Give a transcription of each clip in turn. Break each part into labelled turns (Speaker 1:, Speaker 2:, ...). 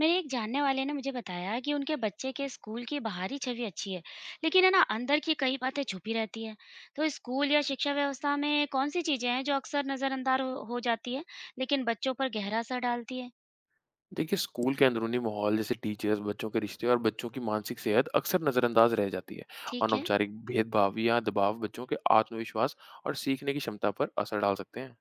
Speaker 1: मेरे एक जानने वाले ने मुझे बताया कि उनके बच्चे के स्कूल की बाहरी छवि अच्छी है। लेकिन है ना, अंदर की कई बातें छुपी रहती है। तो स्कूल या शिक्षा व्यवस्था में कौन सी चीजें हैं जो अक्सर नजरअंदाज हो जाती है, लेकिन बच्चों पर गहरा असर डालती है।
Speaker 2: देखिए स्कूल के अंदरूनी माहौल जैसे टीचर्स बच्चों के रिश्ते और बच्चों की मानसिक सेहत अक्सर नज़रअंदाज रह जाती है।
Speaker 1: ठीक है।
Speaker 2: अनौपचारिक भेदभाव या दबाव बच्चों के आत्मविश्वास और सीखने की क्षमता पर असर डाल सकते हैं।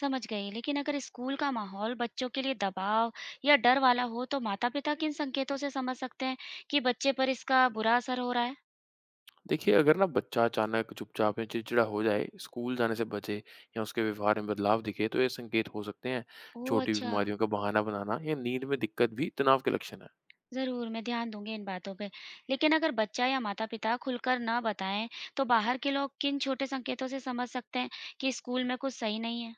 Speaker 1: समझ गई। लेकिन अगर स्कूल का माहौल बच्चों के लिए दबाव या डर वाला हो, तो माता पिता किन संकेतों से समझ सकते हैं कि बच्चे पर इसका बुरा असर हो रहा है?
Speaker 2: देखिए, अगर ना बच्चा अचानक चुपचाप या चिड़चिड़ा हो जाए, स्कूल जाने से बचे या उसके व्यवहार में बदलाव दिखे तो ये संकेत हो सकते हैं।
Speaker 1: ओह
Speaker 2: छोटी
Speaker 1: अच्छा।
Speaker 2: बीमारियों का बहाना बनाना या नींद में दिक्कत भी तनाव के लक्षण है।
Speaker 1: ज़रूर, मैं ध्यान दूँगी इन बातों पे। लेकिन अगर बच्चा या माता-पिता खुलकर ना बताएँ, तो बाहर के लोग किन छोटे संकेतों से समझ सकते हैं कि स्कूल में कुछ सही नहीं है?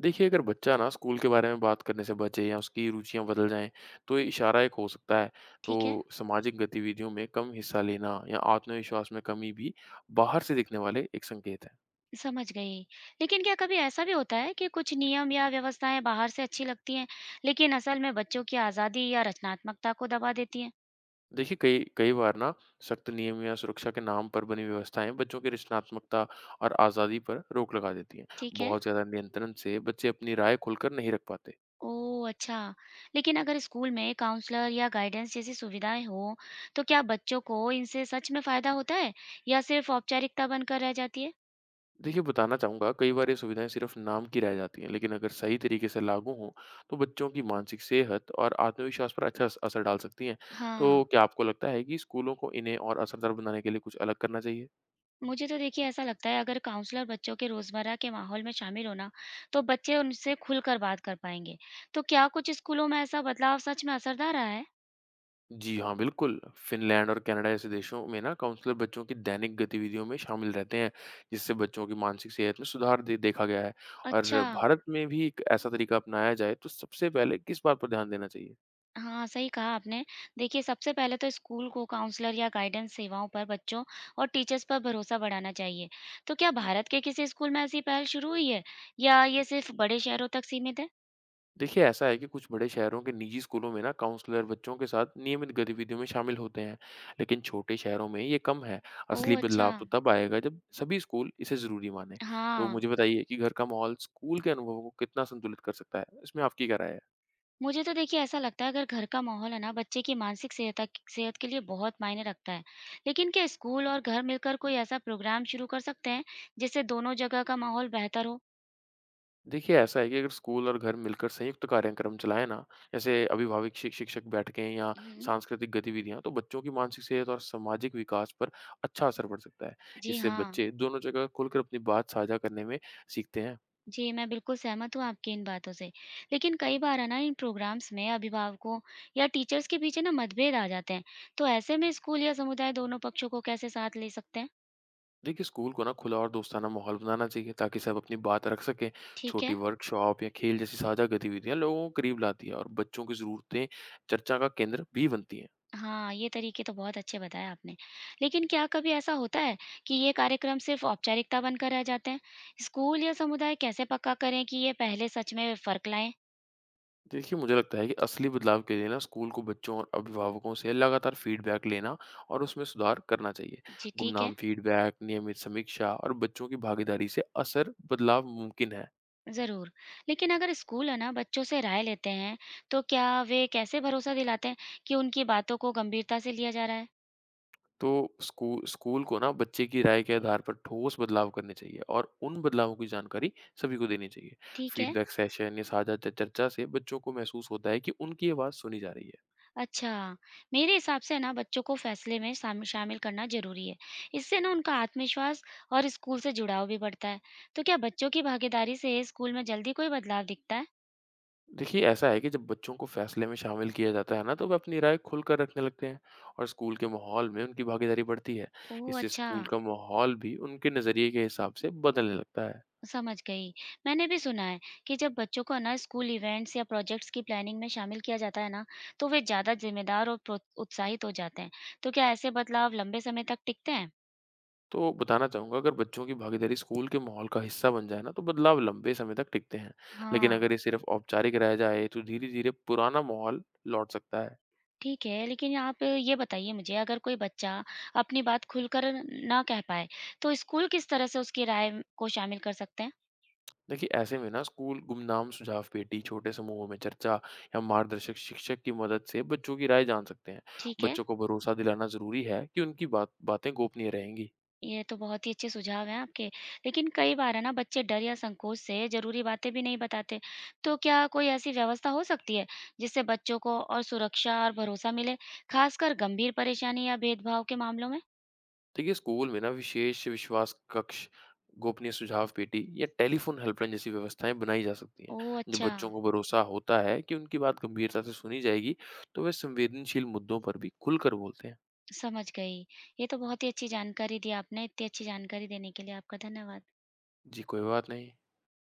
Speaker 2: देखिए, अगर बच्चा ना स्कूल के बारे में बात करने से बचे या उसकी रुचियाँ बदल जाएँ, तो ये इशारा एक हो सकता है।
Speaker 1: ठीक है।
Speaker 2: तो सामाजिक गतिविधियों में कम हिस्सा लेना या आत्मविश्वास में कमी भी बाहर से दिखने वाले एक संकेत है।
Speaker 1: समझ गई। लेकिन क्या कभी ऐसा भी होता है कि कुछ नियम या व्यवस्थाएँ बाहर से अच्छी लगती हैं, लेकिन असल में बच्चों की आज़ादी या रचनात्मकता को दबा देती हैं?
Speaker 2: देखिए, कई कई बार ना सख्त नियम या सुरक्षा के नाम पर बनी व्यवस्थाएँ बच्चों की रचनात्मकता और आज़ादी पर रोक लगा देती हैं।
Speaker 1: ठीक है।
Speaker 2: बहुत ज़्यादा नियंत्रण से बच्चे अपनी राय खुलकर नहीं रख पाते।
Speaker 1: ओह! अच्छा। लेकिन अगर स्कूल में काउंसलर या गाइडेंस जैसी सुविधाएँ हों, तो क्या बच्चों को इनसे सच में फ़ायदा होता है, या सिर्फ़ औपचारिकता बनकर रह जाती है?
Speaker 2: देखिए, बताना चाहूँगा कई बार ये सुविधाएं सिर्फ नाम की रह जाती हैं, लेकिन अगर सही तरीके से लागू हों तो बच्चों की मानसिक सेहत और आत्मविश्वास पर अच्छा असर डाल सकती हैं। तो
Speaker 1: हाँ।
Speaker 2: क्या आपको लगता है कि स्कूलों को इन्हें और असरदार बनाने के लिए कुछ अलग करना चाहिए?
Speaker 1: मुझे तो देखिए ऐसा लगता है, अगर काउंसलर बच्चों के रोजमर्रा के माहौल में शामिल हो ना, तो बच्चे उनसे खुलकर बात कर पाएंगे। तो क्या कुछ स्कूलों में ऐसा बदलाव सच में असरदार रहा है?
Speaker 2: जी हाँ, बिल्कुल। फिनलैंड और कनाडा जैसे देशों में ना काउंसलर बच्चों की दैनिक गतिविधियों में शामिल रहते हैं, जिससे बच्चों की मानसिक सेहत में सुधार देखा गया है। और
Speaker 1: अच्छा।
Speaker 2: भारत में भी एक ऐसा तरीका अपनाया जाए तो सबसे पहले किस बात पर ध्यान देना चाहिए?
Speaker 1: हाँ सही कहा आपने। देखिए सबसे पहले तो स्कूल को काउंसलर या गाइडेंस सेवाओं पर बच्चों और टीचर्स पर भरोसा बढ़ाना चाहिए। तो क्या भारत के किसी स्कूल में ऐसी पहल शुरू हुई है, या ये सिर्फ बड़े शहरों तक सीमित है?
Speaker 2: देखिए, ऐसा है कि कुछ बड़े शहरों के निजी स्कूलों में ना काउंसलर बच्चों के साथ नियमित गतिविधियों में शामिल होते हैं, लेकिन छोटे शहरों में ये कम है। असली
Speaker 1: ओह अच्छा।
Speaker 2: बदलाव तो तब आएगा जब सभी स्कूल इसे ज़रूरी माने। तो
Speaker 1: हाँ।
Speaker 2: मुझे बताइए कि घर का माहौल स्कूल के अनुभव को कितना संतुलित कर सकता है? इसमें आपकी क्या राय है?
Speaker 1: मुझे तो देखिए ऐसा लगता है, अगर घर का माहौल है ना, बच्चे की मानसिक सेहत सेहत के लिए बहुत मायने रखता है। लेकिन क्या स्कूल और घर मिलकर कोई ऐसा प्रोग्राम शुरू कर सकते हैं जिससे दोनों जगह का माहौल बेहतर हो?
Speaker 2: देखिए, ऐसा है कि अगर स्कूल और घर मिलकर संयुक्त कार्यक्रम चलाएँ ना, जैसे अभिभावक शि शिक्षक बैठकें या
Speaker 1: हम्म।
Speaker 2: सांस्कृतिक गतिविधियाँ, तो बच्चों की मानसिक सेहत और सामाजिक विकास पर अच्छा असर पड़ सकता है।
Speaker 1: जी
Speaker 2: इससे
Speaker 1: हाँ।
Speaker 2: बच्चे दोनों जगह खुलकर अपनी बात साझा करने में सीखते हैं।
Speaker 1: जी, मैं बिल्कुल सहमत हूँ आपकी इन बातों से। लेकिन कई बार है ना, इन प्रोग्राम्स में अभिभावकों या टीचर्स के पीछे ना, मतभेद आ जाते हैं। तो ऐसे में स्कूल या समुदाय दोनों पक्षों को कैसे साथ ले सकते हैं?
Speaker 2: देखिए, स्कूल को ना खुला और दोस्ताना माहौल बनाना चाहिए ताकि सब अपनी बात रख सकें।
Speaker 1: ठीक
Speaker 2: छोटी
Speaker 1: है।
Speaker 2: वर्कशॉप या खेल जैसी साझा गतिविधियां लोगों को करीब लाती है और बच्चों की जरूरतें चर्चा का केंद्र भी बनती हैं।
Speaker 1: हाँ, ये तरीके तो बहुत अच्छे बताए आपने। लेकिन क्या कभी ऐसा होता है कि ये कार्यक्रम सिर्फ़ औपचारिकता बनकर रह जाते हैं? स्कूल या समुदाय कैसे पक्का करें कि ये पहले सच में फ़र्क लाएँ?
Speaker 2: देखिए, मुझे लगता है कि असली बदलाव के लिए ना स्कूल को बच्चों और अभिभावकों से लगातार फीडबैक लेना और उसमें सुधार करना चाहिए।
Speaker 1: जी, ठीक है।
Speaker 2: गुमनाम फीडबैक, नियमित समीक्षा और बच्चों की भागीदारी से असर बदलाव मुमकिन है।
Speaker 1: ज़रूर। लेकिन अगर स्कूल है ना, बच्चों से राय लेते हैं, तो क्या वे कैसे भरोसा दिलाते हैं कि उनकी बातों को गंभीरता से लिया जा रहा है?
Speaker 2: तो स्कूल को ना बच्चे की राय के आधार पर ठोस बदलाव करने चाहिए और उन बदलावों की जानकारी सभी को देनी चाहिए।
Speaker 1: ठीक है।
Speaker 2: फीडबैक सेशन या साझा च चर्चा से बच्चों को महसूस होता है कि उनकी आवाज़ सुनी जा रही है।
Speaker 1: अच्छा। मेरे हिसाब से ना, बच्चों को फैसले में शामिल करना ज़रूरी है। इससे ना, उनका आत्मविश्वास और स्कूल से जुड़ाव भी बढ़ता है। तो क्या बच्चों की भागीदारी से स्कूल में जल्दी कोई बदलाव दिखता है?
Speaker 2: देखिए, ऐसा है कि जब बच्चों को फैसले में शामिल किया जाता है ना, तो वे अपनी राय खुलकर रखने लगते हैं और स्कूल के माहौल में उनकी भागीदारी बढ़ती है।
Speaker 1: ओह
Speaker 2: इससे
Speaker 1: अच्छा।
Speaker 2: स्कूल का माहौल भी उनके नज़रिए के हिसाब से बदलने लगता है।
Speaker 1: समझ गई। मैंने भी सुना है कि जब बच्चों को ना, स्कूल इवेंट्स या प्रोजेक्ट्स की प्लानिंग में शामिल किया जाता है ना, तो वे ज़्यादा जिम्मेदार और उत्साहित हो जाते हैं। तो क्या ऐसे बदलाव लंबे समय तक टिकते हैं?
Speaker 2: तो बताना चाहूँगा, अगर बच्चों की भागीदारी स्कूल के माहौल का हिस्सा बन जाए ना, तो बदलाव लंबे समय तक टिकते हैं। लेकिन
Speaker 1: हाँ।
Speaker 2: अगर ये सिर्फ औपचारिक रह जाए तो धीरे धीरे पुराना माहौल लौट सकता है।
Speaker 1: ठीक है, लेकिन आप ये बताइए मुझे, अगर कोई बच्चा अपनी बात खुलकर ना कह पाए, तो स्कूल किस तरह से उसकी राय को शामिल कर सकते हैं?
Speaker 2: देखिए, ऐसे में ना स्कूल गुमनाम सुझाव पेटी, छोटे समूहों में चर्चा या मार्गदर्शक शिक्षक की मदद से बच्चों की राय जान सकते हैं।
Speaker 1: ठीक है,
Speaker 2: बच्चों को भरोसा दिलाना जरूरी है कि उनकी बातें गोपनीय रहेंगी।
Speaker 1: ये तो बहुत ही अच्छे सुझाव हैं आपके। लेकिन कई बार है ना, बच्चे डर या संकोच से ज़रूरी बातें भी नहीं बताते। तो क्या कोई ऐसी व्यवस्था हो सकती है जिससे बच्चों को और सुरक्षा और भरोसा मिले, खासकर गंभीर परेशानी या भेदभाव के मामलों में?
Speaker 2: देखिए, स्कूल में ना विशेष विश्वास कक्ष, गोपनीय सुझाव पेटी या टेलीफोन हेल्पलाइन जैसी व्यवस्थाएं बनाई जा सकती हैं।
Speaker 1: ओह
Speaker 2: जब
Speaker 1: अच्छा।
Speaker 2: बच्चों को भरोसा होता है कि उनकी बात गंभीरता से सुनी जाएगी, तो वे संवेदनशील मुद्दों पर भी खुलकर बोलते हैं।
Speaker 1: समझ गई। ये तो बहुत ही अच्छी जानकारी दी आपने। इतनी अच्छी जानकारी देने के लिए आपका धन्यवाद।
Speaker 2: जी कोई बात नहीं।